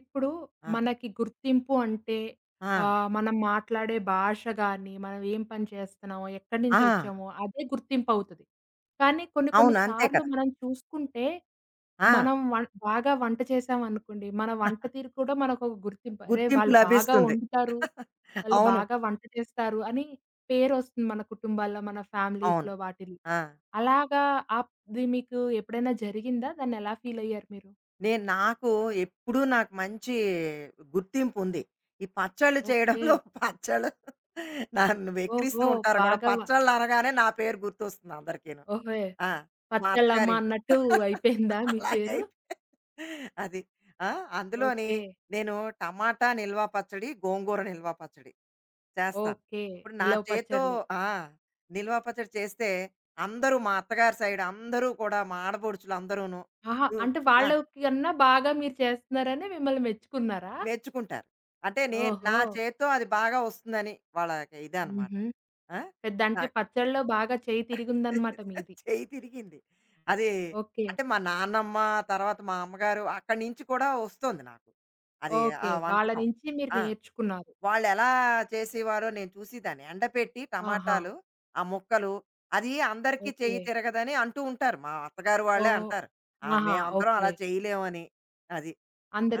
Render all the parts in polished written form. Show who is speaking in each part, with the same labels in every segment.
Speaker 1: ఇప్పుడు
Speaker 2: ఆ!
Speaker 1: మనకి గుర్తింపు అంటే
Speaker 2: ఆ!
Speaker 1: మనం మాట్లాడే భాష గాని, మనం ఏం పని చేస్తున్నామో, ఎక్కడి
Speaker 2: ఆ!
Speaker 1: నుంచి వచ్చామో అదే గుర్తింపవుతది. కానీ కొన్ని కొన్ని
Speaker 2: అవును. అంతే
Speaker 1: సార్లు
Speaker 2: కదా!
Speaker 1: మనం చూసుకుంటే,
Speaker 2: ఆ!
Speaker 1: మనం బాగా వంట చేశామనుకోండి, మన వంట తీరు కూడా మనకొక గుర్తింపు. అరే!
Speaker 2: గుర్తింపు
Speaker 1: వాళ్ళు బాగా
Speaker 2: లభిస్తుంది.
Speaker 1: వండుతారు, వాళ్ళు
Speaker 2: అవును.
Speaker 1: బాగా వంట చేస్తారు అని పేరొస్తుంది మన కుటుంబాల్లో, మన
Speaker 2: అవును.
Speaker 1: ఫ్యామిలీస్‌లో వాటిల్లో.
Speaker 2: ఆ!
Speaker 1: అలాగా అది మీకు ఎప్పుడైనా జరిగిందా? దాన్నెలా ఫీలయ్యారు మీరు?
Speaker 2: నాకు ఎప్పుడూ నాకు మంచి గుర్తింపుంది. ఈ పచ్చళ్ళు
Speaker 1: ఓకే.
Speaker 2: చేయడంలో పచ్చళ్ళు నన్ను వెక్కిరిస్తూ
Speaker 1: ఓహో!
Speaker 2: ఉంటారు కూడా.
Speaker 1: భాగవ
Speaker 2: పచ్చళ్ళనగానే నా పేరు గుర్తొస్తుంది అందరికీను.
Speaker 1: ఓహే!
Speaker 2: ఆ! మా
Speaker 1: పచ్చళ్ళమ్మ
Speaker 2: అత్తగారింట్లో.
Speaker 1: అన్నట్టు అయిపోయిందా మీ పేరు?
Speaker 2: అలాగైపోయింది. అది. ఆ! అందులోని
Speaker 1: ఓకే.
Speaker 2: నేను టమాటా నిల్వ పచ్చడి, గోంగూర నిల్వ పచ్చడి చేస్తాను.
Speaker 1: ఓకే.
Speaker 2: ఇప్పుడు నా
Speaker 1: నిలవ
Speaker 2: చేత్తో
Speaker 1: పచ్చడ్లు.
Speaker 2: ఆ! నిల్వ పచ్చడి చేస్తే అందరూ మా అత్తగారి సైడ్ అందరూ కూడా మా ఆడపడుచులందరూను
Speaker 1: ఆహా!
Speaker 2: హ్మ్.
Speaker 1: అంటే
Speaker 2: ఆ!
Speaker 1: వాళ్ళకి కన్నా బాగా మీరు చేస్తున్నారని మిమ్మల్ని మెచ్చుకున్నారా?
Speaker 2: మెచ్చుకుంటారు. అంటే నా
Speaker 1: ఓహో!
Speaker 2: చేత్తో అది బాగా వస్తుందని వాళ్ళకి ఇదనమాట.
Speaker 1: హుహు.
Speaker 2: ఆ!
Speaker 1: పెద్ద
Speaker 2: నా
Speaker 1: అంటే పచ్చడిలో బాగా చేయి తిరిగుందన్నమాట మీది.
Speaker 2: చెయ్యి తిరిగింది. అది
Speaker 1: ఓకే.
Speaker 2: అంటే మా నాన్నమ్మ, తర్వాత మా అమ్మగారు అక్కడి నుంచి కూడా వస్తోంది నాకు. అది ఆ
Speaker 1: ఓకే. వాళ్ళ
Speaker 2: వంటకం.
Speaker 1: నుంచి మీరు
Speaker 2: ఆ!
Speaker 1: నేర్చుకున్నారు.
Speaker 2: వాళ్ళెలా చేసేవారో నేను చూసేదాన్ని. ఎండపెట్టి
Speaker 1: ఆహా!
Speaker 2: టమాటాలు, ఆ ముక్కలు అది అందరికీ
Speaker 1: ఓకే.
Speaker 2: చెయ్యి తిరగదని అంటూ ఉంటారు. మా అత్తగారు వాళ్ళే
Speaker 1: ఓహ్!
Speaker 2: అంటారు. ఆ!
Speaker 1: ఆహా!
Speaker 2: మేమందరం
Speaker 1: ఓకే.
Speaker 2: అలా చేయలేమని. అది.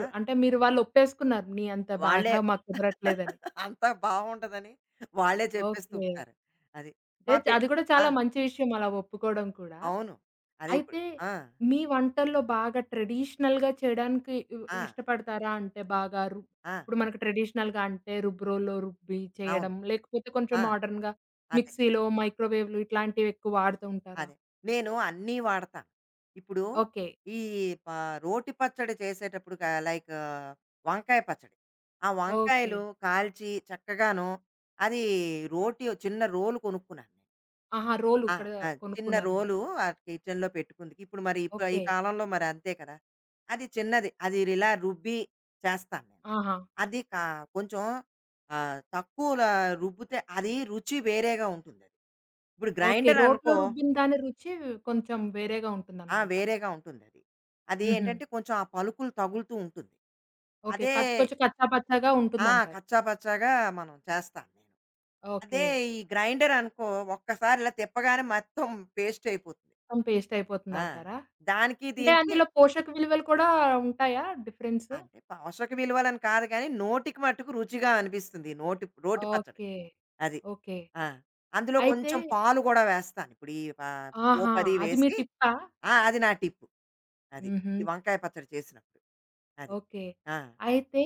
Speaker 2: ఆ!
Speaker 1: అంటే మీరు వాళ్ళు ఒప్పేసుకున్నారు. నీ అంత
Speaker 2: వాళ్ళే
Speaker 1: బాగా మాకు కుదరట్లేదని.
Speaker 2: అంతా బావుండదని వాళ్ళే చెప్పేస్తూ
Speaker 1: ఓకే.
Speaker 2: ఉంటారు. అది. మా
Speaker 1: అంటే
Speaker 2: పె
Speaker 1: అది కూడా
Speaker 2: ఆ!
Speaker 1: చాలా మంచి విషయం అలా ఒప్పుకోవడం కూడా.
Speaker 2: అవును. అది ఇప్పుడు.
Speaker 1: అయితే
Speaker 2: ఆ!
Speaker 1: మీ వంటల్లో బాగా ట్రెడిషనల్‌గా చేయడానికి
Speaker 2: ఆ!
Speaker 1: ఇష్టపడతారా? అంటే బాగా
Speaker 2: ఆ!
Speaker 1: ఇప్పుడు మనకు ట్రెడిషనల్‌గా అంటే రుబ్బురోల్లో రుబ్బి
Speaker 2: అవును.
Speaker 1: చేయడం, లేకపోతే కొంచెం
Speaker 2: ఆ!
Speaker 1: మోడర్న్‌గా
Speaker 2: అదే.
Speaker 1: మిక్సీలో, మైక్రోవేవ్‌లు ఇట్లాంటివి ఎక్కువ వాడుతూ ఉంటారా?
Speaker 2: అదే. నేను అన్నీ వాడతాను. ఇప్పుడు
Speaker 1: ఓకే.
Speaker 2: ఈ ప రోటి పచ్చడి చేసేటప్పుడు క లైక్ వంకాయ పచ్చడి. ఆ
Speaker 1: ఓకే.
Speaker 2: వంకాయలు కాల్చి చక్కగాను అది రోటి చిన్న రోలు కొనుక్కున్నాను. నేను.
Speaker 1: ఆహా! రోలు
Speaker 2: ఆ!
Speaker 1: ఇక్కడ
Speaker 2: ఆ! చిన్న
Speaker 1: కొనుక్కున్నారు మీరు.
Speaker 2: రోలు ఆ కిచెన్‌లో పెట్టుకుందికి. ఇప్పుడు ఈ
Speaker 1: ఓకే.
Speaker 2: కాలంలో మరి అంతే కదా! అది చిన్నది. అది ఇలా రుబ్బి చేస్తాను నేను.
Speaker 1: ఆహా!
Speaker 2: అది కా కొంచెం ఆహ్, తక్కువల రుబ్బితే అది రుచి వేరేగా ఉంటుందది. ఇప్పుడు
Speaker 1: ఓకే.
Speaker 2: గ్రైండర్
Speaker 1: రోట్లో
Speaker 2: అనుకో
Speaker 1: రుబ్బిన దాని రుచి కొంచెం వేరేగా
Speaker 2: ఆ!
Speaker 1: ఉంటుందన్నమాట.
Speaker 2: వేరేగా ఉంటుందది. అది అది
Speaker 1: హుహు.
Speaker 2: ఏంటంటే కొంచెం ఆ పలుకులు తగులుతూ ఉంటుంది.
Speaker 1: ఓకే.
Speaker 2: అదే
Speaker 1: కొంచెం కచ్చాపచ్చాగా
Speaker 2: ఆ!
Speaker 1: ఉంటుందంటారు.
Speaker 2: కచ్చా పచ్చాగా మనం చేస్తాను నేను.
Speaker 1: ఓకే.
Speaker 2: అదే ఈ గ్రైండర్ అనుకో ఒక్కసారి ఇలా తిప్పగానే మొత్తం పేస్ట్ అయిపోతుంది.
Speaker 1: మొత్తం పేస్ట్
Speaker 2: ఆ!
Speaker 1: అయిపోతుందంటారా?
Speaker 2: దానికి
Speaker 1: అంటే
Speaker 2: దీనికి
Speaker 1: అందులో పోషక విలువలు కూడా ఉంటాయా డిఫరెన్స్?
Speaker 2: అంటే పోషక విలువలని కాదు కానీ నోటికి మట్టుకు రుచిగా అనిపిస్తుంది. ఈ నోటి రోటి పచ్చడి.
Speaker 1: ఓకే.
Speaker 2: అది.
Speaker 1: ఓకే.
Speaker 2: ఆ! అందులో
Speaker 1: అయితే
Speaker 2: కొంచెం పాలు కూడా వేస్తాను. ఇప్పుడు ఈ ప
Speaker 1: ఆహా!
Speaker 2: పోపది
Speaker 1: అది మీ
Speaker 2: వేసి
Speaker 1: టిప్పా?
Speaker 2: ఆ! అది నా టిప్పు. అది.
Speaker 1: హుహు.
Speaker 2: ఈ వంకాయ పచ్చడి చేసినప్పుడు. అది.
Speaker 1: ఓకే.
Speaker 2: ఆ!
Speaker 1: అయితే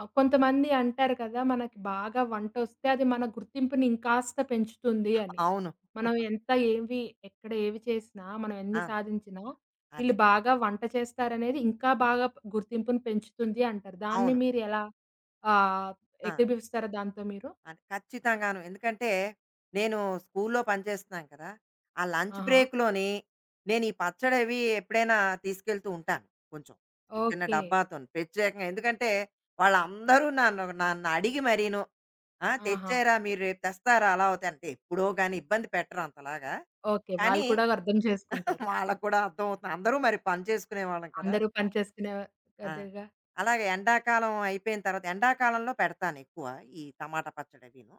Speaker 1: కొంతమంది అంటారు కదా! మనకి బాగా వంటొస్తే అది మన గుర్తింపుని ఇంకాస్త పెంచుతుంది అని.
Speaker 2: అవును.
Speaker 1: మనం ఎంత ఏవి ఎక్కడ ఏవి చేసినా, మనం
Speaker 2: ఆ!
Speaker 1: ఎన్ని సాధించినా
Speaker 2: అదే.
Speaker 1: వీళ్ళు బాగా వంట చేస్తారనేది ఇంకా బాగా గుర్తింపుని పెంచుతుంది అంటారు. దాన్ని
Speaker 2: అవును.
Speaker 1: మీరెలా ఆహ్,
Speaker 2: ఆ!
Speaker 1: ఏకీభవిస్తారా దాంతో మీరు?
Speaker 2: అంటే ఖచ్చితంగాను. ఎందుకంటే, నేను స్కూల్లో పనిచేస్తున్నాను కదా! ఆ లంచ్
Speaker 1: ఆహా!
Speaker 2: బ్రేక్‌లోని నేను ఈ పచ్చడవి ఎప్పుడైనా తీసుకెళ్తూ ఉంటాను కొంచెం. చిన్న
Speaker 1: ఓకే.
Speaker 2: డబ్బాతోని. ప్రత్యేకంగా ఎందుకంటే, వాళ్ళందరూ నన్ను నన్నడిగి మరీను ఆ!
Speaker 1: ఆహా!
Speaker 2: తెచ్చారా మీరు రేపు తెస్తారా అలా అవుతాయి అంటే ఎప్పుడో గాని ఇబ్బంది పెట్టరు అంతలాగా.
Speaker 1: ఓకే. వాళ్ళు
Speaker 2: కానీ
Speaker 1: కూడా అర్థం చేసుకుంటారు.
Speaker 2: వాళ్ళకి కూడా అర్థమవుతుంది. అందరూ మరి పని చేసుకునేవాళ్ళం కదా!
Speaker 1: అందరూ పని చేసుకునే
Speaker 2: ఆ!
Speaker 1: కదేగా!
Speaker 2: అలాగే ఎండాకాలం అయిపోయిన తర్వాత ఎండాకాలంలో పెడతాను ఎక్కువ ఈ టమాటా పచ్చడి అవిను.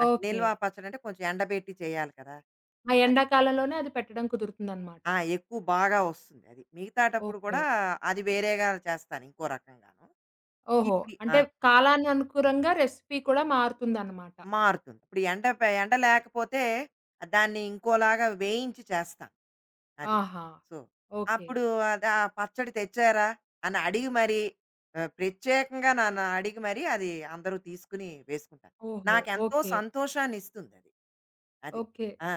Speaker 2: అంటే
Speaker 1: ఓకే.
Speaker 2: నిల్వ పచ్చడి అంటే కొంచెం ఎండబెట్టి చేయాలి కదా!
Speaker 1: ఆ
Speaker 2: అది.
Speaker 1: ఎండాకాలంలోనే అది పెట్టడం కుదురుతుందనమాట.
Speaker 2: ఆ! ఎక్కువ బాగా వస్తుంది అది. మిగతాటప్పుడు
Speaker 1: ఓకే.
Speaker 2: కూడా అది వేరేగా చేస్తాను ఇంకో రకంగాను.
Speaker 1: ఓహో!
Speaker 2: ఇప్పుడు
Speaker 1: అంటే కాలాన్ని అనుకూలంగా రెసిపీ కూడా మారుతుందన్నమాట.
Speaker 2: మారుతుంది. ఇప్పుడు ఎండ ప ఎండ లేకపోతే దాన్ని ఇంకోలాగా వేయించి చేస్తాం. అది.
Speaker 1: ఆహా!
Speaker 2: So,
Speaker 1: okay.
Speaker 2: అప్పుడు అది ఆ పచ్చడి తెచ్చారా? అని అడిగి మరి ప్రత్యేకంగా నన్ను అడిగి మరి అది అందరూ తీసుకొని వేసుకుంటారు.
Speaker 1: ఓహో!
Speaker 2: నాకెంతో
Speaker 1: ఓకే.
Speaker 2: సంతోషాన్నిస్తుందది. అది. అది
Speaker 1: ఓకే.
Speaker 2: ఆ!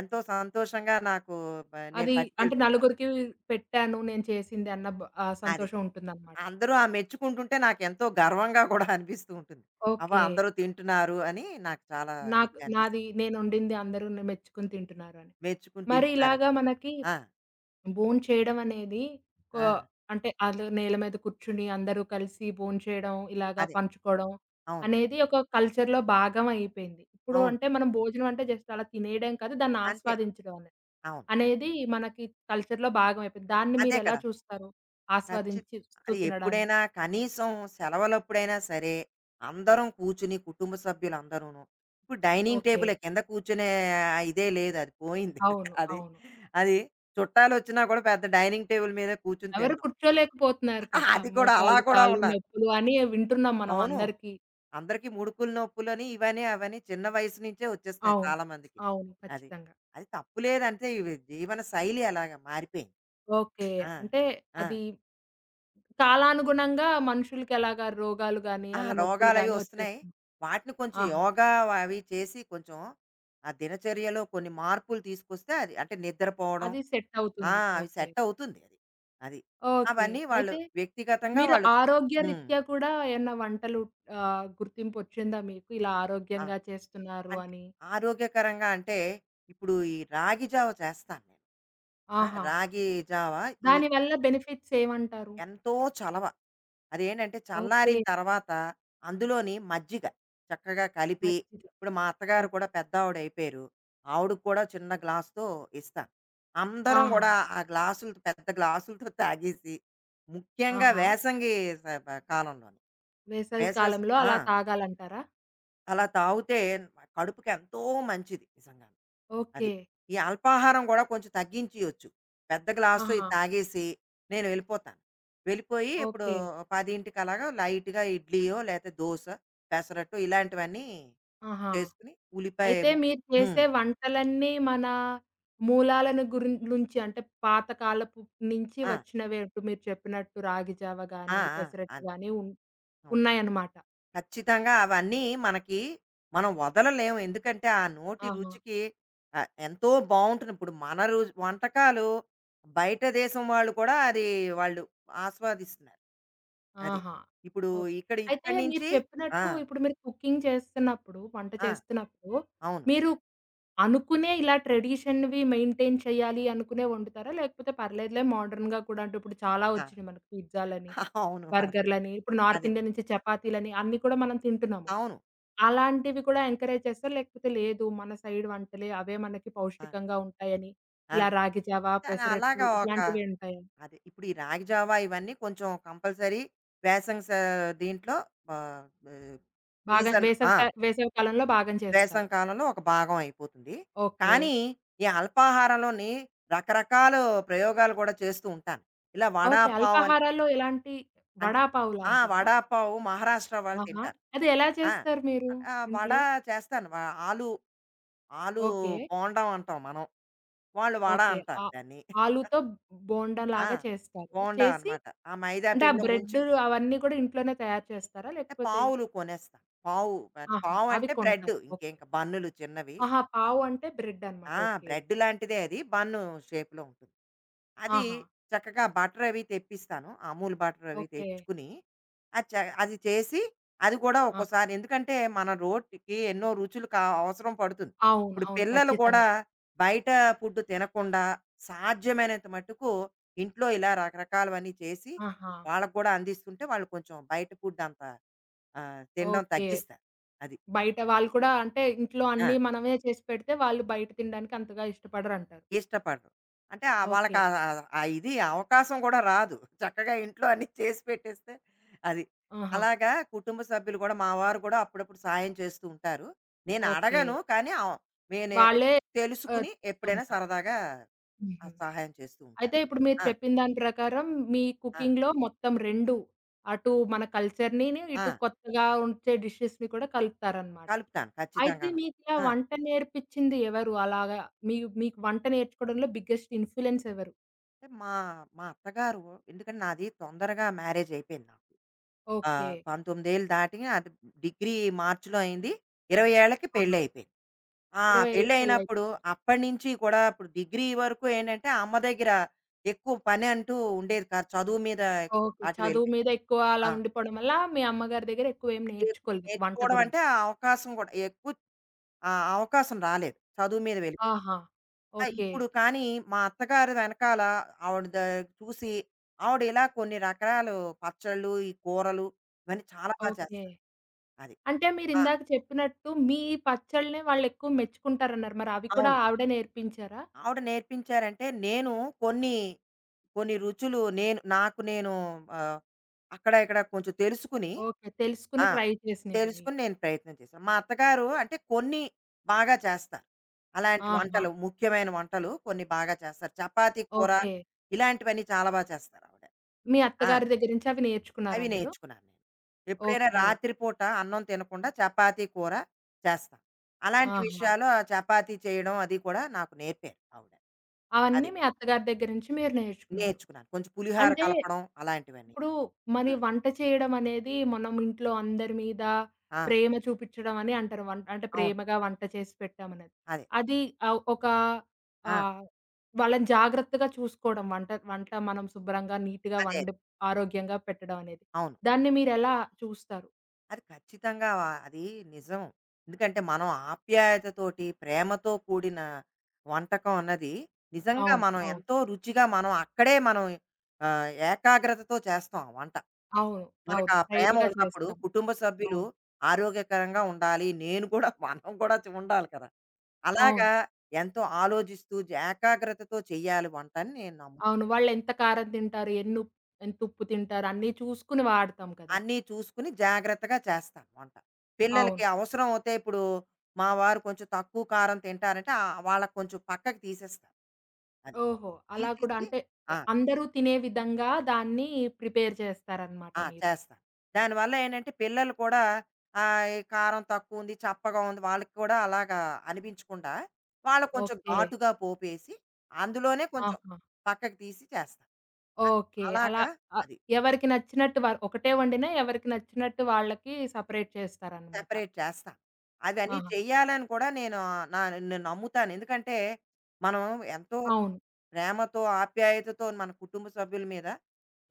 Speaker 2: ఎంతో సంతోషంగా నాకు నేను
Speaker 1: అది అంటే
Speaker 2: పట్టుకెళ్తూ ఉంటాను.
Speaker 1: నలుగురికి పెట్టాను నేను చేసింది అన్న
Speaker 2: అది.
Speaker 1: సంతోషం ఉంటుందన్నమాట.
Speaker 2: అందరూ ఆ మెచ్చుకుంటుంటే నాకెంతో గర్వంగా కూడా అనిపిస్తూ ఉంటుంది. అబ్బా!
Speaker 1: ఓకే.
Speaker 2: అందరూ తింటున్నారు అని నాకు చాలా
Speaker 1: నాకు
Speaker 2: ఇదిగా అనిపిస్తుంది.
Speaker 1: నాది నేనొండింది అందరూ మెచ్చుకొని తింటున్నారు అని.
Speaker 2: మెచ్చుకుని
Speaker 1: మరి
Speaker 2: తింటున్నారని.
Speaker 1: ఇలాగా మనకి
Speaker 2: ఆ!
Speaker 1: భోంచేయడం అనేది కొ
Speaker 2: ఆ!
Speaker 1: అంటే ఆళ్ళు నేల మీద కూర్చుని అందరూ కలిసి భోంచేయడం, ఇలాగా
Speaker 2: అదే.
Speaker 1: పంచుకోవడం
Speaker 2: అవును.
Speaker 1: అనేది ఒక కల్చర్‌లో భాగం అయిపోయింది. ఇప్పుడు
Speaker 2: అవును.
Speaker 1: అంటే మనం భోజనం అంటే జస్ట్ అలా తినేయడం కాదు, దాన్ని
Speaker 2: అంతే.
Speaker 1: ఆస్వాదించడం అనే
Speaker 2: అవును.
Speaker 1: అనేది మనకి కల్చర్‌లో భాగం అయిపోయింది. దాన్ని
Speaker 2: అంతే
Speaker 1: మీరెలా
Speaker 2: కదా!
Speaker 1: చూస్తారు?
Speaker 2: ఖచ్చి
Speaker 1: ఆస్వాదించి చూస్తూ
Speaker 2: అది
Speaker 1: తినడాన్ని?
Speaker 2: ఎప్పుడైనా కనీసం సెలవులప్పుడైనా సరే, అందరం కూర్చుని కుటుంబ సభ్యులందరూను. ఇప్పుడు డైనింగ్
Speaker 1: ఓకే.
Speaker 2: టేబులే కింద కూర్చునే ఇదే లేదు. అది పోయింది.
Speaker 1: అవును.
Speaker 2: అది.
Speaker 1: అవును.
Speaker 2: అది చుట్టాలొచ్చినా కూడా పెద్ద డైనింగ్ టేబుల్ మీద కూర్చొని
Speaker 1: ఎవరు
Speaker 2: తినడం.
Speaker 1: కూర్చోలేకపోతున్నారు కదా!
Speaker 2: అది కూడా అలా
Speaker 1: మోకాళ్ళు,
Speaker 2: కూడా
Speaker 1: కాళ్ళు
Speaker 2: ఉన్నారు.
Speaker 1: నొప్పులు అని వింటున్నాం మనం
Speaker 2: అవును.
Speaker 1: అందరికీ.
Speaker 2: అందరికీ ముడుకులు నొప్పులని ఇవని, అవని చిన్న వయసు నుంచే వచ్చేస్తున్నాయి
Speaker 1: అవును.
Speaker 2: చాలా మందికి.
Speaker 1: అవును.
Speaker 2: అది.
Speaker 1: ఖచ్చితంగా.
Speaker 2: అది తప్పు లేదంటే ఇవి జీవన శైలి అలాగా మారిపోయింది.
Speaker 1: ఓకే.
Speaker 2: ఆ!
Speaker 1: అంటే
Speaker 2: ఆ!
Speaker 1: అది కాలానుగుణంగా మనుషులకెలాగా రోగాలు గాని,
Speaker 2: ఆ!
Speaker 1: అలా నొప్పులు
Speaker 2: రోగాలవి
Speaker 1: గాని
Speaker 2: వస్తున్నాయి.
Speaker 1: వచ్చేస్తుంది.
Speaker 2: వాటిని కొంచెం
Speaker 1: ఆహా!
Speaker 2: యోగా అవి చేసి కొంచెం ఆ దినచర్యలో కొన్ని మార్పులు తీసుకొస్తే అది అంటే నిద్రపోవడం
Speaker 1: అది సెట్
Speaker 2: ఆ!
Speaker 1: అవుతుంది.
Speaker 2: అవి
Speaker 1: ఓకే.
Speaker 2: సెట్ అవుతుంది అది. అది.
Speaker 1: ఓకే.
Speaker 2: అవన్నీ వాళ్ళు
Speaker 1: అయితే
Speaker 2: వ్యక్తిగతంగా
Speaker 1: మీరు
Speaker 2: వాళ్ళు హ్మ్.
Speaker 1: ఆరోగ్యరీత్యా కూడా ఏమన్నా వంటలు గుర్తింపొచ్చిందా మీకు? ఇలా
Speaker 2: ఆ!
Speaker 1: ఆరోగ్యంగా చేస్తున్నారు
Speaker 2: అంటే
Speaker 1: అని?
Speaker 2: ఆరోగ్యకరంగా అంటే ఇప్పుడు ఈ రాగి జావ చేస్తాను నేను. ఆ!
Speaker 1: ఆహా!
Speaker 2: రాగి జావ ఈ
Speaker 1: దానివల్ల బెనిఫిట్స్ ఏమంటారు?
Speaker 2: ఎంతో చలవ. అదేంటంటే
Speaker 1: ఓకే.
Speaker 2: చల్లారిన తర్వాత అందులోని మజ్జిగ చక్కగా కలిపి
Speaker 1: మజ్జిగ.
Speaker 2: ఇప్పుడు మా అత్తగారు
Speaker 1: ఓకే.
Speaker 2: కూడా పెద్దావిడ అయిపోయారు. ఆవిడకి కూడా చిన్న గ్లాస్‌తో ఇస్తాను. అందరం
Speaker 1: ఆహా!
Speaker 2: కూడా ఆ గ్లాసులతో పెద్ద గ్లాసులతో తాగేసి ముఖ్యంగా
Speaker 1: ఆహా!
Speaker 2: వేసంగి స బ కాలంలోని
Speaker 1: వేసవి
Speaker 2: వేసవి స
Speaker 1: కాలంలో
Speaker 2: ఆ!
Speaker 1: అలా తాగాలంటారా?
Speaker 2: అలా తాగితే కడుపుకి ఎంతో మంచిది నిజంగాను. అది.
Speaker 1: ఓకే.
Speaker 2: ఈ అల్పాహారం గూడా కొంచెం తగ్గించియొచ్చు. పెద్ద గ్లాసు
Speaker 1: ఆహా!
Speaker 2: ఇది తాగేసి నేను వెళ్ళిపోతాను. వెళ్ళిపోయి ఇప్పుడు
Speaker 1: ఓకే.
Speaker 2: 10కి అలాగా లైట్‌గా ఇడ్లీయో, లేతే దోస, పెసరట్టు ఇలాంటివన్నీ
Speaker 1: ఆహా!
Speaker 2: చేసుకొని ఉల్లిపాయ
Speaker 1: అయితే
Speaker 2: ము
Speaker 1: మీరు
Speaker 2: హ్మ్.
Speaker 1: చేసే వంటలన్నీ మన మూలాలను నుంచి అంటే పాతకాలపు నుంచి
Speaker 2: ఆ!
Speaker 1: వచ్చినవే ఇప్పుడు మీరు చెప్పినట్టు రాగి జావ
Speaker 2: ఆ!
Speaker 1: గాని,
Speaker 2: ఆ!
Speaker 1: పెసరట్టు
Speaker 2: అంతే.
Speaker 1: గాని
Speaker 2: అవును.
Speaker 1: ఉన్నాయన్నమాట.
Speaker 2: ఖచ్చితంగా అవన్నీ మనకి మనం వదలలేము. ఎందుకంటే ఆ నోటి
Speaker 1: ఆహా!
Speaker 2: రుచికి ఎంతో బావుంటుంది. ఇప్పుడు మన రు వంటకాలు బయట దేశం వాళ్ళు కూడా అది వాళ్ళు ఆస్వాదిస్తున్నారు. అది.
Speaker 1: ఆహా!
Speaker 2: ఇప్పుడు
Speaker 1: ఓకే.
Speaker 2: ఇక్కడ
Speaker 1: అయితే
Speaker 2: ఇక్కడి
Speaker 1: మీరు
Speaker 2: నుంచి ఆ!
Speaker 1: చెప్పినట్టు ఇప్పుడు మీరు కుకింగ్ చేస్తున్నప్పుడు, వంట
Speaker 2: ఆ!
Speaker 1: చేస్తున్నప్పుడు
Speaker 2: అవును.
Speaker 1: మీరు అనుకునే ఇలా ట్రెడిషన్‌వి మెయింటైన్ చేయాలి అనుకునే వండుతారా? లేకపోతే పర్లేదులే మోడర్న్‌గా కూడా అంటే ఇప్పుడు చాలా
Speaker 2: ఆ!
Speaker 1: వచ్చినియి మనకు పిజ్జాలని,
Speaker 2: అవును. అదే.
Speaker 1: బర్గర్‌లని ఇప్పుడు నార్త్
Speaker 2: అదే.
Speaker 1: ఇండియా నుంచి చపాతీలని అన్నీ కూడా మనం తింటున్నాము.
Speaker 2: అవును.
Speaker 1: అలాంటివి కూడా ఎంకరేజ్ చేస్తారు. లేకపోతే లేదు మన సైడ్ వంటలే అవే మనకి
Speaker 2: ఆ!
Speaker 1: పౌష్టికంగా ఉంటాయని,
Speaker 2: ఆ!
Speaker 1: ఇలా రాగి జావ,
Speaker 2: కానీ
Speaker 1: పెసరట్లు
Speaker 2: అలాగా ఒక
Speaker 1: ఇట్లాంటివి ఉంటాయా?
Speaker 2: అదే. ఇప్పుడు ఈ రాగి జావా ఇవన్నీ కొంచెం కంపల్సరీ వేసవి స దీంట్లో ఆహ్, ఆహ్,
Speaker 1: బాగా
Speaker 2: సీజన్ ఆ!
Speaker 1: వేసవి కాలంలో బాగా చేస్తారు.
Speaker 2: వేసవి కాలంలో ఒక భాగం అయిపోతుంది.
Speaker 1: ఓకే.
Speaker 2: కానీ ఈ అల్పాహారంలోని రకరకాల ప్రయోగాలు కూడా చేస్తూ ఉంటాను. ఇలా వడ,
Speaker 1: ఓకే.
Speaker 2: పావ్ అని
Speaker 1: అల్పాహారాల్లో ఎలాంటి
Speaker 2: అంటే
Speaker 1: వడా పావు
Speaker 2: ఆ!
Speaker 1: లాంటివా?
Speaker 2: వడాపావు మహారాష్ట్ర వాళ్ళు
Speaker 1: ఆహా!
Speaker 2: తింటారు.
Speaker 1: అది ఎలా
Speaker 2: ఆ!
Speaker 1: చేస్తారు మీరు
Speaker 2: ఆ వడ
Speaker 1: ఇంట్లో?
Speaker 2: చేస్తాను. ఆలు, ఆలు
Speaker 1: ఓకే.
Speaker 2: బోండం అంటాం మనం. వాళ్ళు వడ
Speaker 1: ఓకే. ఆ
Speaker 2: అంటారు దాన్ని.
Speaker 1: ఆలూతో బోండా
Speaker 2: ఆ!
Speaker 1: లాగా చేస్తారు.
Speaker 2: బోండా
Speaker 1: చేసి
Speaker 2: అనమాట. ఆ మైదా
Speaker 1: అంటే ఆ
Speaker 2: పిండిలో ముంచి
Speaker 1: బ్రెడ్ అవన్నీ కూడా ఇంట్లోనే తయారు చేస్తారా?
Speaker 2: ఏ,
Speaker 1: లేకపోతే
Speaker 2: పావులు కొనేస్తాను. పావు, అంటే
Speaker 1: ఆహా!
Speaker 2: పావు
Speaker 1: అవి
Speaker 2: అంటే బ్రెడ్
Speaker 1: కొంటారు.
Speaker 2: ఇంకేం
Speaker 1: ఓకే.
Speaker 2: బన్నులు చిన్నవి.
Speaker 1: ఆహా! పావు అంటే బ్రెడ్ అన్నమాట.
Speaker 2: ఆ!
Speaker 1: ఓకే.
Speaker 2: బ్రెడ్ లాంటిదే అది. బన్ను షేప్‌లో ఉంటుంది. అది
Speaker 1: ఆహా!
Speaker 2: చక్కగా బటర్ అవి తెప్పిస్తాను. అమూల్ బటర్ అవి
Speaker 1: ఓకే.
Speaker 2: తెచ్చుకుని, అది చ అది చేసి, అది కూడా
Speaker 1: ఆహా!
Speaker 2: ఒక్కోసారి ఎందుకంటే, మన రోటికి ఎన్నో రుచులు అవసరం పడుతుంది.
Speaker 1: అవును.
Speaker 2: ఇప్పుడు
Speaker 1: అవును.
Speaker 2: పిల్లలు కూడా
Speaker 1: ఖచ్చితంగా.
Speaker 2: బయట ఫుడ్ తినకుండా, సాధ్యమైనంత మట్టుకు ఇంట్లో ఇలా రకరకాలవన్నీ చేసి,
Speaker 1: ఆహా!
Speaker 2: వాళ్ళకి కూడా అందిస్తుంటే, వాళ్ళు కొంచెం బయట ఫుడ్ అంత తినడం
Speaker 1: ఓకే.
Speaker 2: తగ్గిస్తారు. అది.
Speaker 1: బయట వాళ్ళు కూడా అంటే ఇంట్లో
Speaker 2: ఆ!
Speaker 1: అన్నీ మనమే చేసి పెడితే వాళ్ళు బయట తినడానికి అంతగా ఇష్టపడరంటారు.
Speaker 2: ఇష్టపడరు. అంటే
Speaker 1: ఓకే.
Speaker 2: వాళ్ళకా ఆ ఆ- ఆ ఇది అవకాశం కూడా రాదు. చక్కగా ఇంట్లో అన్నీ చేసి పెట్టేస్తే అది.
Speaker 1: ఆహా!
Speaker 2: అలాగా కుటుంబ సభ్యులు కూడా మా వారు కూడా అప్పుడప్పుడు సాయం చేస్తూ ఉంటారు. నేను
Speaker 1: ఓకే.
Speaker 2: అడగను కానీ నేనే
Speaker 1: వాళ్ళే
Speaker 2: తెలుసుకుని
Speaker 1: తెస్తూ
Speaker 2: ఎప్పుడైనా
Speaker 1: ఉంటారు.
Speaker 2: సరదాగా ఆ
Speaker 1: హుహు.
Speaker 2: సహాయం చేస్తూ
Speaker 1: అయితే
Speaker 2: ఉంటాను.
Speaker 1: ఇప్పుడు మీరు
Speaker 2: ఆ!
Speaker 1: చెప్పిన దాని ప్రకారం మీ
Speaker 2: ఆ!
Speaker 1: కుకింగ్‌లో మొత్తం 2 అటు మన కల్చర్‌నిను,
Speaker 2: ఆ!
Speaker 1: ఇటు కొత్తగా ఉంచే డిషెస్‌ని కూడా కలుపుతారన్నమాట.
Speaker 2: కలుపుతాను
Speaker 1: అయితే
Speaker 2: ఖచ్చితంగాను.
Speaker 1: మీకిలా
Speaker 2: ఆ!
Speaker 1: వంట నేర్పిచ్చింది ఎవరు? అలాగా మీ మీకు వంట నేర్చుకోవడంలో బిగ్గెస్ట్ ఇన్‌ఫ్లూయెన్స్ ఎవరు?
Speaker 2: అంటే మా మా అత్తగారు ఎందుకంటే నాది తొందరగా మ్యారేజ్ అయిపోయింది నాకు.
Speaker 1: ఓకే.
Speaker 2: 19 ఏళ్ళు దాటి అది డిగ్రీ మార్చ్‌లో అయింది. 20 ఏళ్లకి
Speaker 1: ఆహా!
Speaker 2: పెళ్లయిపోయింది. ఆ!
Speaker 1: 20 ఏళ్ళకి
Speaker 2: పెళ్ళయినప్పుడు
Speaker 1: పెళ్లయిపోయింది.
Speaker 2: అప్పటినుంచి కూడా ఇప్పుడు డిగ్రీ వరకు ఏంటంటే, అమ్మ దగ్గర ఎక్కువ పనంటూ ఉండేది కాదు. చదువు మీద ఎక్కువ
Speaker 1: ఓకే.
Speaker 2: అటు
Speaker 1: చదువు
Speaker 2: వెళ్ళిపోయి
Speaker 1: మీద ఎక్కువ అలా
Speaker 2: ఆ!
Speaker 1: ఉండిపోవడం వల్ల మీ అమ్మగారి దగ్గర ఎక్కువేం
Speaker 2: ఎక్కువ
Speaker 1: నేర్చుకోలేదు వంట
Speaker 2: నేర్చుకోవడం అంటే
Speaker 1: గురించి.
Speaker 2: ఆ అవకాశం కూడా ఎక్కువ ఆ అవకాశం రాలేదు. చదువు మీద వెళ్ళిపోయి.
Speaker 1: ఆహా!
Speaker 2: ఆ!
Speaker 1: ఓకే.
Speaker 2: ఇప్పుడు కానీ మా అత్తగారి వెనకాల ఆవిడ ద చూసి ఆవిడ ఇలా కొన్ని రకరాలు పచ్చళ్ళు, ఈ కూరలు ఇవన్నీ చాలా
Speaker 1: ఓకే.
Speaker 2: చేస్తారు. అది.
Speaker 1: అంటే
Speaker 2: ఆ!
Speaker 1: మీరిందాక చెప్పినట్టు మీ పచ్చళ్ళనే వాళ్ళెక్కువ మెచ్చుకుంటారన్నారు. మరి అవి కూడా
Speaker 2: అవును.
Speaker 1: ఆవిడే నేర్పించారా?
Speaker 2: ఆవిడ నేర్పించారంటే, నేను కొన్ని, కొన్ని రుచులు నేను ఆహ్, అక్కడ ఇక్కడ కొంచెం తెలుసుకుని
Speaker 1: ఓకే. తెలుసుకుని
Speaker 2: ఆ!
Speaker 1: ట్రై చేసినవి మీవి.
Speaker 2: తెలుసుకొని నేను ప్రయత్నం చేశాను. మా అత్తగారు అంటే కొన్ని బాగా చేస్తారు. అలాంటి
Speaker 1: ఆహా!
Speaker 2: వంటలు, ముఖ్యమైన వంటలు కొన్ని బాగా చేస్తారు. చపాతీ కూర
Speaker 1: ఓకే.
Speaker 2: ఇలాంటివన్నీ చాలా చేస్తారు ఆవిడ.
Speaker 1: మీ
Speaker 2: ఆ!
Speaker 1: అత్తగారి దగ్గర నుంచి అవి నేర్చుకున్నారా
Speaker 2: అవి
Speaker 1: మీరు?
Speaker 2: నేర్చుకున్నాను నేను. ఎప్పుడైనా
Speaker 1: ఓకే.
Speaker 2: రాత్రి పూట అన్నం తినకుండా చపాతీ కూర చేస్తాం. అలాంటి
Speaker 1: ఆహా!
Speaker 2: విషయాలు ఆ చపాతీ చేయడం అది కూడా నాకు నేర్పారు ఆవిడ.
Speaker 1: అవన్నీ
Speaker 2: అది.
Speaker 1: మీ అత్తగారి దగ్గర నుంచి మీరు నేర్చుకున్నారు.
Speaker 2: నేర్చుకున్నాను. కొంచెం పులిహార
Speaker 1: అంటే
Speaker 2: కలపడం అలాంటివన్నీ.
Speaker 1: ఇప్పుడు మరి
Speaker 2: హ్మ్.
Speaker 1: వంట చేయడం అనేది మనం ఇంట్లో అందరి మీద
Speaker 2: ఆ!
Speaker 1: ప్రేమ చూపిచ్చడం అని అంటారు. వం అంటే
Speaker 2: అవును.
Speaker 1: ప్రేమగా వంట చేసి పెట్టామనేది.
Speaker 2: అదే.
Speaker 1: అది ఒక
Speaker 2: ఆ!
Speaker 1: ఆహ్, వాళ్ళని జాగ్రత్తగా చూసుకోవడం వంట వంట మనం శుభ్రంగా, నీట్‌గా
Speaker 2: అదే.
Speaker 1: వండి ఆరోగ్యంగా పెట్టడం అనేది.
Speaker 2: అవును.
Speaker 1: దాన్ని మీరెలా చూస్తారు?
Speaker 2: అది ఖచ్చితంగా అది నిజం. ఎందుకంటే మనం ఆప్యాయతతోటి, ప్రేమతో కూడిన వంటకం అన్నది నిజంగా
Speaker 1: అవును.
Speaker 2: మనం
Speaker 1: అవును.
Speaker 2: ఎంతో రుచిగా మనం అక్కడే మనం ఏకాగ్రతతో చేస్తాం ఆ వంట.
Speaker 1: అవును. అవును.
Speaker 2: మనకా ప్రేమ
Speaker 1: ప్రేమగా
Speaker 2: ఉన్నప్పుడు
Speaker 1: చేస్తాం.
Speaker 2: కుటుంబ సభ్యులు
Speaker 1: అవును.
Speaker 2: ఆరోగ్యకరంగా ఉండాలి. నేను కూడా మనం కూడా ఉండాలి కదా!
Speaker 1: అవును.
Speaker 2: అలాగా ఎంతో ఆలోచిస్తూ, ఏకాగ్రతతో చేయాలి వంట అని నేను నమ్ముతాను.
Speaker 1: అవును. వాళ్ళెంత కారం తింటారు, ఎన్ని ఉప్ ఎంతుప్పు తింటారు అన్నీ చూసుకొని వాడతాం కదా!
Speaker 2: అన్నీ చూసుకుని జాగ్రత్తగా చేస్తాను వంట.
Speaker 1: అవును.
Speaker 2: పిల్లలకి అవసరం అవుతే ఇప్పుడు మా వారు కొంచెం తక్కువ కారం తింటారంటే వాళ్ళకి కొంచెం పక్కకి తీసేస్తాను. అది.
Speaker 1: ఓహో! అలా కూడా
Speaker 2: తీసేసి
Speaker 1: అంటే
Speaker 2: ఆ!
Speaker 1: అందరూ తినే విధంగా దాన్ని ప్రిపేర్ చేస్తారనమాట
Speaker 2: ఆ!
Speaker 1: మీరు.
Speaker 2: చేస్తాను. దానివల్ల ఏంటంటే పిల్లలు కూడా ఈ కారం తక్కువుంది, చప్పగా ఉంది వాళ్ళకి కూడా అలాగా అనిపించకుండా వాళ్ళకి కొంచెం
Speaker 1: ఓకే.
Speaker 2: ఘాటుగా పోపేసి అందులోనే కొంచెం
Speaker 1: ఆహా!
Speaker 2: పక్కకి తీసి చేస్తాను. అది
Speaker 1: ఓకే. అలా
Speaker 2: అలాగా
Speaker 1: ఆహ్,
Speaker 2: అది.
Speaker 1: ఎవరికి నచ్చినట్టు వారు ఒకటే వండినా ఎవరికి నచ్చినట్టు వాళ్ళకి సెపరేట్ చేస్తారనమాట.
Speaker 2: సెపరేట్ చేస్తాను. అదని
Speaker 1: ఆహా!
Speaker 2: చెయ్యాలని కూడా నా నేను నమ్ముతాను. ఎందుకంటే, మనం ఎంతో
Speaker 1: అవును.
Speaker 2: ప్రేమతో, ఆప్యాయతతో మన కుటుంబ సభ్యుల మీద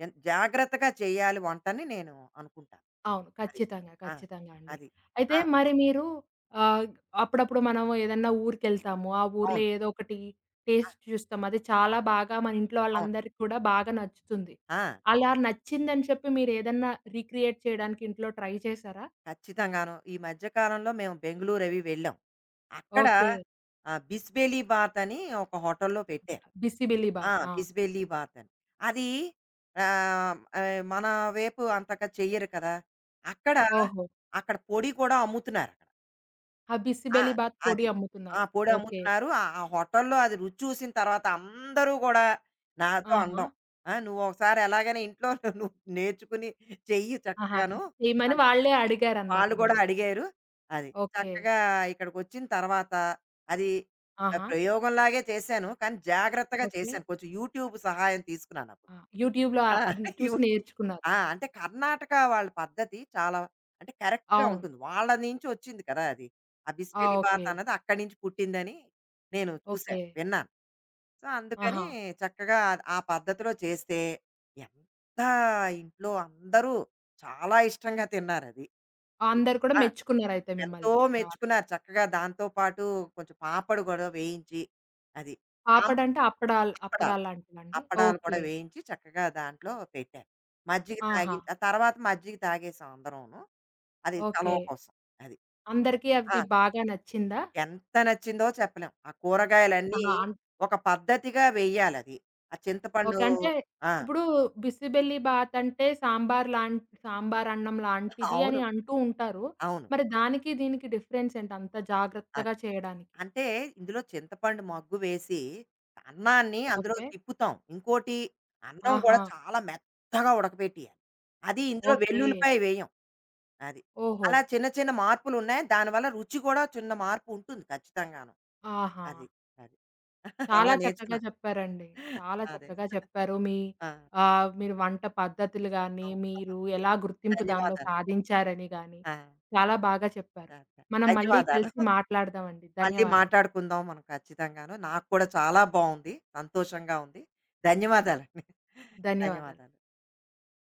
Speaker 2: జాగ్రత్తగా చేయాలి వంటని నేను అనుకుంటాను.
Speaker 1: అవును.
Speaker 2: అది.
Speaker 1: ఖచ్చితంగా.
Speaker 2: ఆ!
Speaker 1: ఖచ్చితంగా అండి.
Speaker 2: అది.
Speaker 1: అయితే
Speaker 2: ఆ!
Speaker 1: మరి మీరు ఆహ్, అప్పుడప్పుడు మనం ఏదన్నా ఊరికెళ్తాము. ఆ ఊర్లో
Speaker 2: అవును.
Speaker 1: ఏదో ఒకటి
Speaker 2: ఆ!
Speaker 1: టేస్ట్ చూస్తాం. అది చాలా బాగా మన ఇంట్లో
Speaker 2: అవును.
Speaker 1: వాళ్ళందరికి కూడా బాగా నచ్చుతుంది.
Speaker 2: ఆ!
Speaker 1: అలా నచ్చిందని చెప్పి మీరేదన్నా రీక్రియేట్ చేయడానికి ఇంట్లో ట్రై చేసారా?
Speaker 2: ఖచ్చితంగాను. ఈ మధ్య కాలంలో మేము బెంగుళూరు అవి వెళ్ళాం. అక్కడ
Speaker 1: ఓకే.
Speaker 2: బిస్బేలీ బాత్ అని ఒక హోటల్‌లో పెట్టారు. ఆ!
Speaker 1: బిసిబెల్లిబాత్. ఆ!
Speaker 2: బిస్బేలీ బాత్ అని. అది ఆహ్, ఆహ్, మన వైపు అంతగా చెయ్యరు కదా! అక్కడ,
Speaker 1: ఓహో!
Speaker 2: అక్కడ పొడి కూడా అమ్ముతున్నారక్కడ.
Speaker 1: ఆ
Speaker 2: ఆ!
Speaker 1: బిసిబెల్లిబాత్ పొడి
Speaker 2: అది. ఆ!
Speaker 1: అమ్ముతున్నారు.
Speaker 2: పొడి
Speaker 1: ఓకే.
Speaker 2: అమ్ముతున్నారు. ఆ హోటల్‌లో అది రుచి చూసిన తర్వాత అందరూ కూడా నాతో
Speaker 1: ఆహా!
Speaker 2: అనడం. ఆ! "నువ్వు ఒకసారి ఎలాగైనా ఇంట్లో నువ్వు నేర్చుకుని చెయ్యి
Speaker 1: ఆహా!
Speaker 2: చక్కగాను"
Speaker 1: ఇది చేయమని
Speaker 2: అని.
Speaker 1: వాళ్ళే అడిగారనమాట
Speaker 2: వాళ్ళు గూడా
Speaker 1: మిమ్మల్ని.
Speaker 2: అడిగారు. అది.
Speaker 1: ఓకే.
Speaker 2: చక్కగా ఇక్కడికొచ్చిన తర్వాత అది
Speaker 1: ఆహా!
Speaker 2: ప్రయోగంలాగే చేశాను. కానీ జాగ్రత్తగా
Speaker 1: ఓకే.
Speaker 2: చేశాను. కొంచెం యూట్యూబ్ సహాయం తీసుకున్నానప్పుడు.
Speaker 1: యూట్యూబ్ లో ఆ!
Speaker 2: ఆ!
Speaker 1: యూట్యూబ్‌లో చూసి
Speaker 2: యూట్యూబ్
Speaker 1: నేర్చుకున్నారు.
Speaker 2: ఆ! అంటే కర్ణాటక వాళ్ళ పద్ధతి చాలా అంటే కరెక్ట్‌గా
Speaker 1: అవును.
Speaker 2: ఉంటుంది. వాళ్ళ నుంచి వచ్చింది కదా! అది. ఆ
Speaker 1: ఆ!
Speaker 2: బిస్బెలిబాత్
Speaker 1: ఓకే.
Speaker 2: అన్నది అక్కడి నుంచి పుట్టిందని నేను
Speaker 1: ఓకే.
Speaker 2: చూశాను. విన్నాను. సో, అందుకని
Speaker 1: ఆహా!
Speaker 2: చక్కగా ఆ ఆ పద్ధతిలో చేస్తే ఎంత ఇంట్లో అందరూ చాలా ఇష్టంగా తిన్నారది. అది.
Speaker 1: అందరూ కూడా
Speaker 2: ఆ!
Speaker 1: మెచ్చుకున్నారయితే
Speaker 2: ఎంతో
Speaker 1: మిమ్మల్ని బాగా.
Speaker 2: మెచ్చుకున్నారు. చక్కగా దాంతో పాటు కొంచెం పాపడు గూడా వేయించి, అది. సాంబ్
Speaker 1: పాపడంటే అప్పడాలు
Speaker 2: అప్పడాలు.
Speaker 1: అప్పడాలు లాంటివండి?
Speaker 2: అప్పడాలు కూడా
Speaker 1: ఓకే.
Speaker 2: వేయించి చక్కగా దాంట్లో పెట్టారు. మజ్జిగ
Speaker 1: ఆహా!
Speaker 2: తాగిన ఆ తర్వాత మజ్జిగ తాగేసాం అందరూను. అది
Speaker 1: ఓకే.
Speaker 2: చలవ కోసం. అది.
Speaker 1: అందరికీ
Speaker 2: ఆ!
Speaker 1: అది బాగా నచ్చిందా?
Speaker 2: ఎంత నచ్చిందో చెప్పలేం. ఆ కూరగాయలన్నీ
Speaker 1: ఆహా!
Speaker 2: ఒక పద్ధతిగా వేయాలది. ఆ చింతపండు
Speaker 1: ఓకే. అంటే
Speaker 2: ఆ!
Speaker 1: ఇప్పుడు బిసిబెల్లి బాత్ అంటే సాంబార్ అన్నం లాంటిది
Speaker 2: అవును.
Speaker 1: అని అంటూ ఉంటారు.
Speaker 2: అవును.
Speaker 1: మరి దానికి దీనికి డిఫరెన్స్ ఏంటి అంత
Speaker 2: ఆ!
Speaker 1: జాగ్రత్తగా చేయడానికి?
Speaker 2: అంటే ఇందులో చింతపండు మగ్గు వేసి, అన్నాన్ని అందులో
Speaker 1: ఓకే.
Speaker 2: తిప్పుతాం. ఇంకోటి అన్నం కూడా
Speaker 1: ఆహా!
Speaker 2: చాలా మెత్తగా ఉడకబెట్టేయాలి. అది ఇందులో
Speaker 1: ఓకే.
Speaker 2: వెల్లుల్లిపాయ వేయం. అది.
Speaker 1: ఓహో!
Speaker 2: అలా చిన్న చిన్న మార్పులున్నాయి. దానివల్ల రుచి కూడా చిన్న మార్పు ఉంటుంది ఖచ్చితంగాను.
Speaker 1: ఆహా!
Speaker 2: అది. అది. అలా
Speaker 1: చాలా చక్కగా
Speaker 2: నేర్చుకున్నా.
Speaker 1: చెప్పారండి. చాలా
Speaker 2: అదే.
Speaker 1: చక్కగా చెప్పారు. మీ
Speaker 2: ఆ!
Speaker 1: మీరు వంట పద్ధతులు గాని,
Speaker 2: అవును.
Speaker 1: మీరు ఎలా గుర్తింపు దానిలో
Speaker 2: ధన్యవాదాలు.
Speaker 1: సాధించారని గాని,
Speaker 2: ఆ!
Speaker 1: చాలా బాగా చెప్పారు.
Speaker 2: ఓకే.
Speaker 1: మనం మళ్ళీ
Speaker 2: ధన్యవాదాలు.
Speaker 1: కలిసి మాట్లాడదామండి.
Speaker 2: మళ్ళీ
Speaker 1: ధన్యవాదాలు.
Speaker 2: మాట్లాడుకుందాం మనం ఖచ్చితంగాను. నాకు కూడా చాలా బావుంది. సంతోషంగా ఉంది. ధన్యవాదాలండి.
Speaker 1: ధన్యవాదాలు.
Speaker 2: ధన్యవాదాలు.